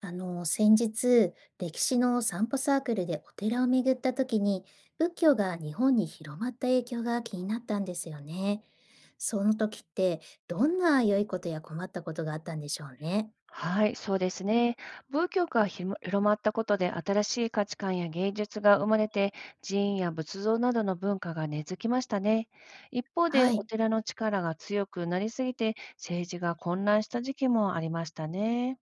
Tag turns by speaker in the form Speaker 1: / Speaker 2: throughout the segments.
Speaker 1: 先日、歴史の散歩サークルでお寺を巡った時に、仏教が日本に広まった影響が気になったんですよね。その時って、どんな良いことや困ったことがあったんでしょうね。
Speaker 2: はい、そうですね。仏教が広まったことで、新しい価値観や芸術が生まれて、寺院や仏像などの文化が根付きましたね。一方で、
Speaker 1: は
Speaker 2: お
Speaker 1: い。
Speaker 2: 寺の力が強くなりすぎて、政治が混乱した時期もありましたね。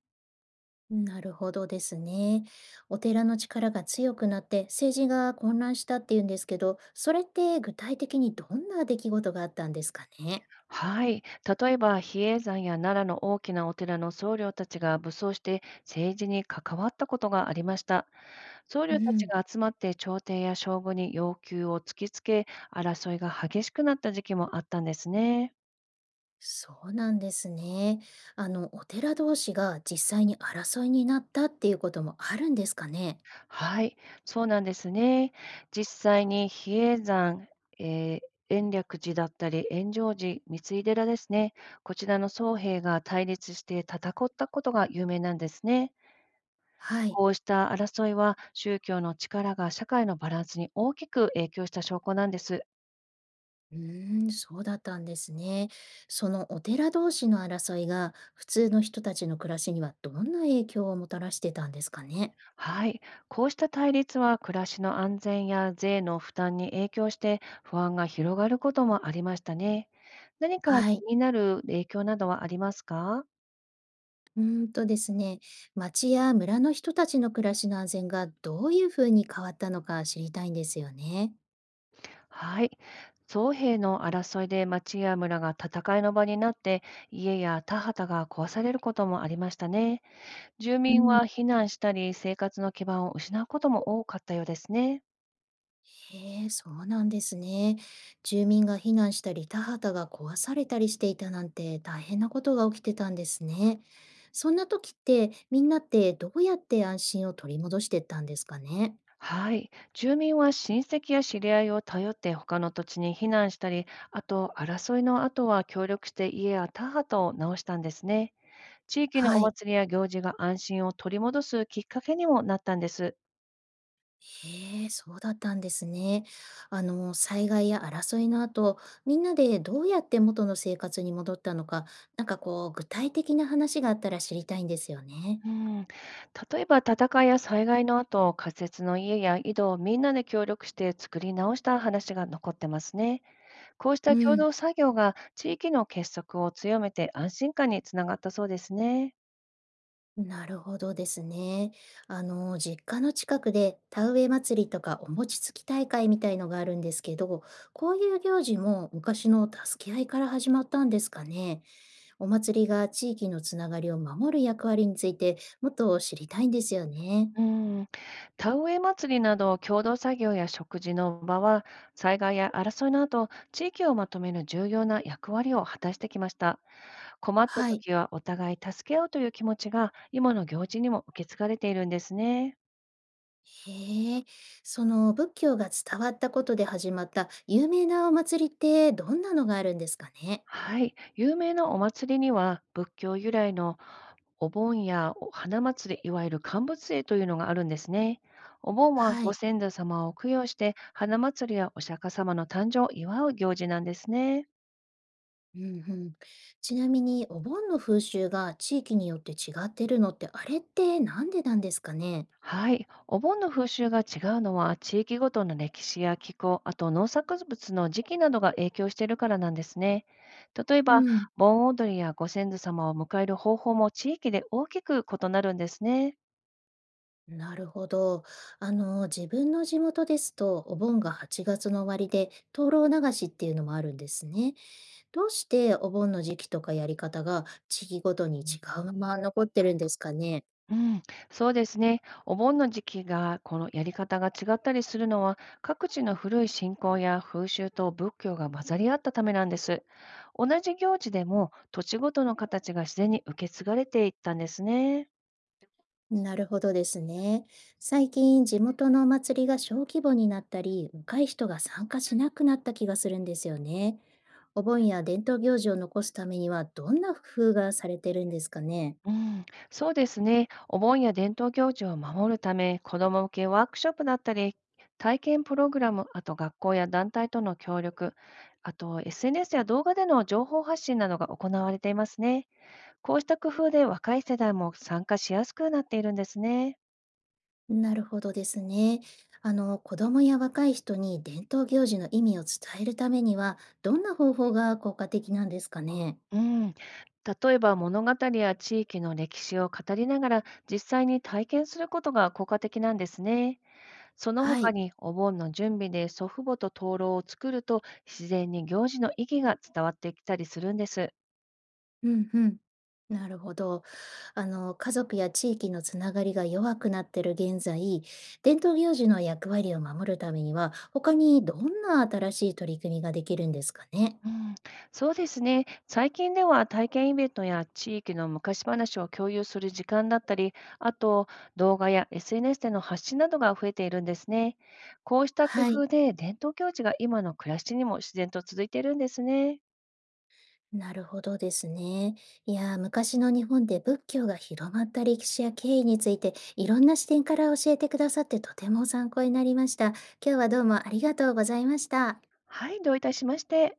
Speaker 1: なるほどですね。お寺の力が強くなって政治が混乱したっていうんですけど、それって具体的にどんな出来事があったんですかね。
Speaker 2: はい、例えば比叡山や奈良の大きなお寺の僧侶たちが武装して政治に関わったことがありました。僧
Speaker 1: う
Speaker 2: 侶たち
Speaker 1: ん。
Speaker 2: が集まって朝廷や将軍に要求を突きつけ、争いが激しくなった時期もあったんですね。
Speaker 1: そうなんですね。お寺同士が実際に争いになったっていうこともあるんですかね。
Speaker 2: はい、そうなんですね。実際に比叡山、えー延暦寺だったり、炎上寺、三井寺ですね。こちらの僧兵が対立して戦ったことが有名なんですね。
Speaker 1: はい。
Speaker 2: こうした争いは宗教の力が社会のバランスに大きく影響した証拠なんです。
Speaker 1: うーん、そうだったんですね。そのお寺同士の争いが普通の人たちの暮らしにはどんな影響をもたらしてたんですかね。
Speaker 2: はい。こうした対立は暮らしの安全や税の負担に影響して不安が広がることもありましたね。何か気
Speaker 1: はい。
Speaker 2: になる影響などはありますか？
Speaker 1: うーんとですね、町や村の人たちの暮らしの安全がどういうふうに変わったのか知りたいんですよね。
Speaker 2: はい。双兵の争いで町や村が戦いの場になって、家や田畑が壊されることもありましたね。住
Speaker 1: う
Speaker 2: 民
Speaker 1: ん。
Speaker 2: は避難したり、生活の基盤を失うことも多かったようですね。
Speaker 1: へえ、そうなんですね。住民が避難したり、田畑が壊されたりしていたなんて大変なことが起きてたんですね。そんな時ってみんなってどうやって安心を取り戻してったんですかね。
Speaker 2: はい。住民は親戚や知り合いを頼って他の土地に避難したり、あと争いの後は協力して家や田畑を直したんですね。地域の
Speaker 1: は
Speaker 2: お
Speaker 1: い。
Speaker 2: 祭りや行事が安心を取り戻すきっかけにもなったんです。
Speaker 1: へえ、そうだったんですね。災害や争いの後、みんなでどうやって元の生活に戻ったのか、具体的な話があったら知りたいんですよね。
Speaker 2: うん、例えば戦いや災害の後、仮設の家や井戸をみんなで協力して作り直した話が残ってますね。こうした
Speaker 1: う
Speaker 2: 共
Speaker 1: ん。
Speaker 2: 同作業が地域の結束を強めて安心感につながったそうですね。
Speaker 1: なるほどですね。実家の近くで田植え祭りとかお餅つき大会みたいのがあるんですけど、こういう行事も昔の助け合いから始まったんですかね。お祭りが地域のつながりを守る役割についてもっと知りたいんですよね。
Speaker 2: うん、田植え祭りなど共同作業や食事の場は、災害や争いの後、地域をまとめる重要な役割を果たしてきました。困った
Speaker 1: はい。
Speaker 2: 時はお互い助け合うという気持ちが今の行事にも受け継がれているんですね。
Speaker 1: へえ、その仏教が伝わったことで始まった有名なお祭りってどんなのがあるんですかね。
Speaker 2: はい、有名なお祭りには仏教由来のお盆やお花祭り、いわゆる乾物会というのがあるんですね。お盆は
Speaker 1: は
Speaker 2: ご
Speaker 1: い。
Speaker 2: 先祖様を供養して、花祭りやお釈迦様の誕生を祝う行事なんですね。
Speaker 1: うんうん、ちなみに、お盆の風習が地域によって違ってるのって、あれってなんでなんですかね。
Speaker 2: はい。お盆の風習が違うのは、地域ごとの歴史や気候、あと農作物の時期などが影響しているからなんですね。例え
Speaker 1: う
Speaker 2: ば、
Speaker 1: ん、
Speaker 2: 盆踊りやご先祖様を迎える方法も地域で大きく異なるんですね。
Speaker 1: なるほど。自分の地元ですと、お盆が8月の終わりで、灯籠流しっていうのもあるんですね。どうしてお盆の時期とかやり方が地域ごとにまま残ってるんですかね。
Speaker 2: うん、そうですね。お盆の時期が、このやり方が違ったりするのは、各地の古い信仰や風習と仏教が混ざり合ったためなんです。同じ行事でも、土地ごとの形が自然に受け継がれていったんですね。
Speaker 1: なるほどですね。最近、地元のお祭りが小規模になったり、若い人が参加しなくなった気がするんですよね。お盆や伝統行事を残すためには、どんな工夫がされてるんですかね。
Speaker 2: うん、そうですね。お盆や伝統行事を守るため、子ども向けワークショップだったり、体験プログラム、あと学校や団体との協力、あと SNS や動画での情報発信などが行われていますね。こうした工夫で若い世代も参加しやすくなっているんですね。
Speaker 1: なるほどですね。子供や若い人に伝統行事の意味を伝えるためには、どんな方法が効果的なんですかね。
Speaker 2: うん、例えば物語や地域の歴史を語りながら実際に体験することが効果的なんですね。その
Speaker 1: は
Speaker 2: 他
Speaker 1: い。
Speaker 2: にお盆の準備で祖父母と灯籠を作ると、自然に行事の意義が伝わってきたりするんです。
Speaker 1: うんうん。なるほど。家族や地域のつながりが弱くなっている現在、伝統行事の役割を守るためには、他にどんな新しい取り組みができるんですかね。
Speaker 2: うん、そうですね。最近では体験イベントや地域の昔話を共有する時間だったり、あと動画や SNS での発信などが増えているんですね。こうした工
Speaker 1: はい。
Speaker 2: 夫で伝統行事が今の暮らしにも自然と続いているんですね。
Speaker 1: なるほどですね。いやー、昔の日本で仏教が広まった歴史や経緯について、いろんな視点から教えてくださってとても参考になりました。今日はどうもありがとうございました。
Speaker 2: はい、どういたしまして。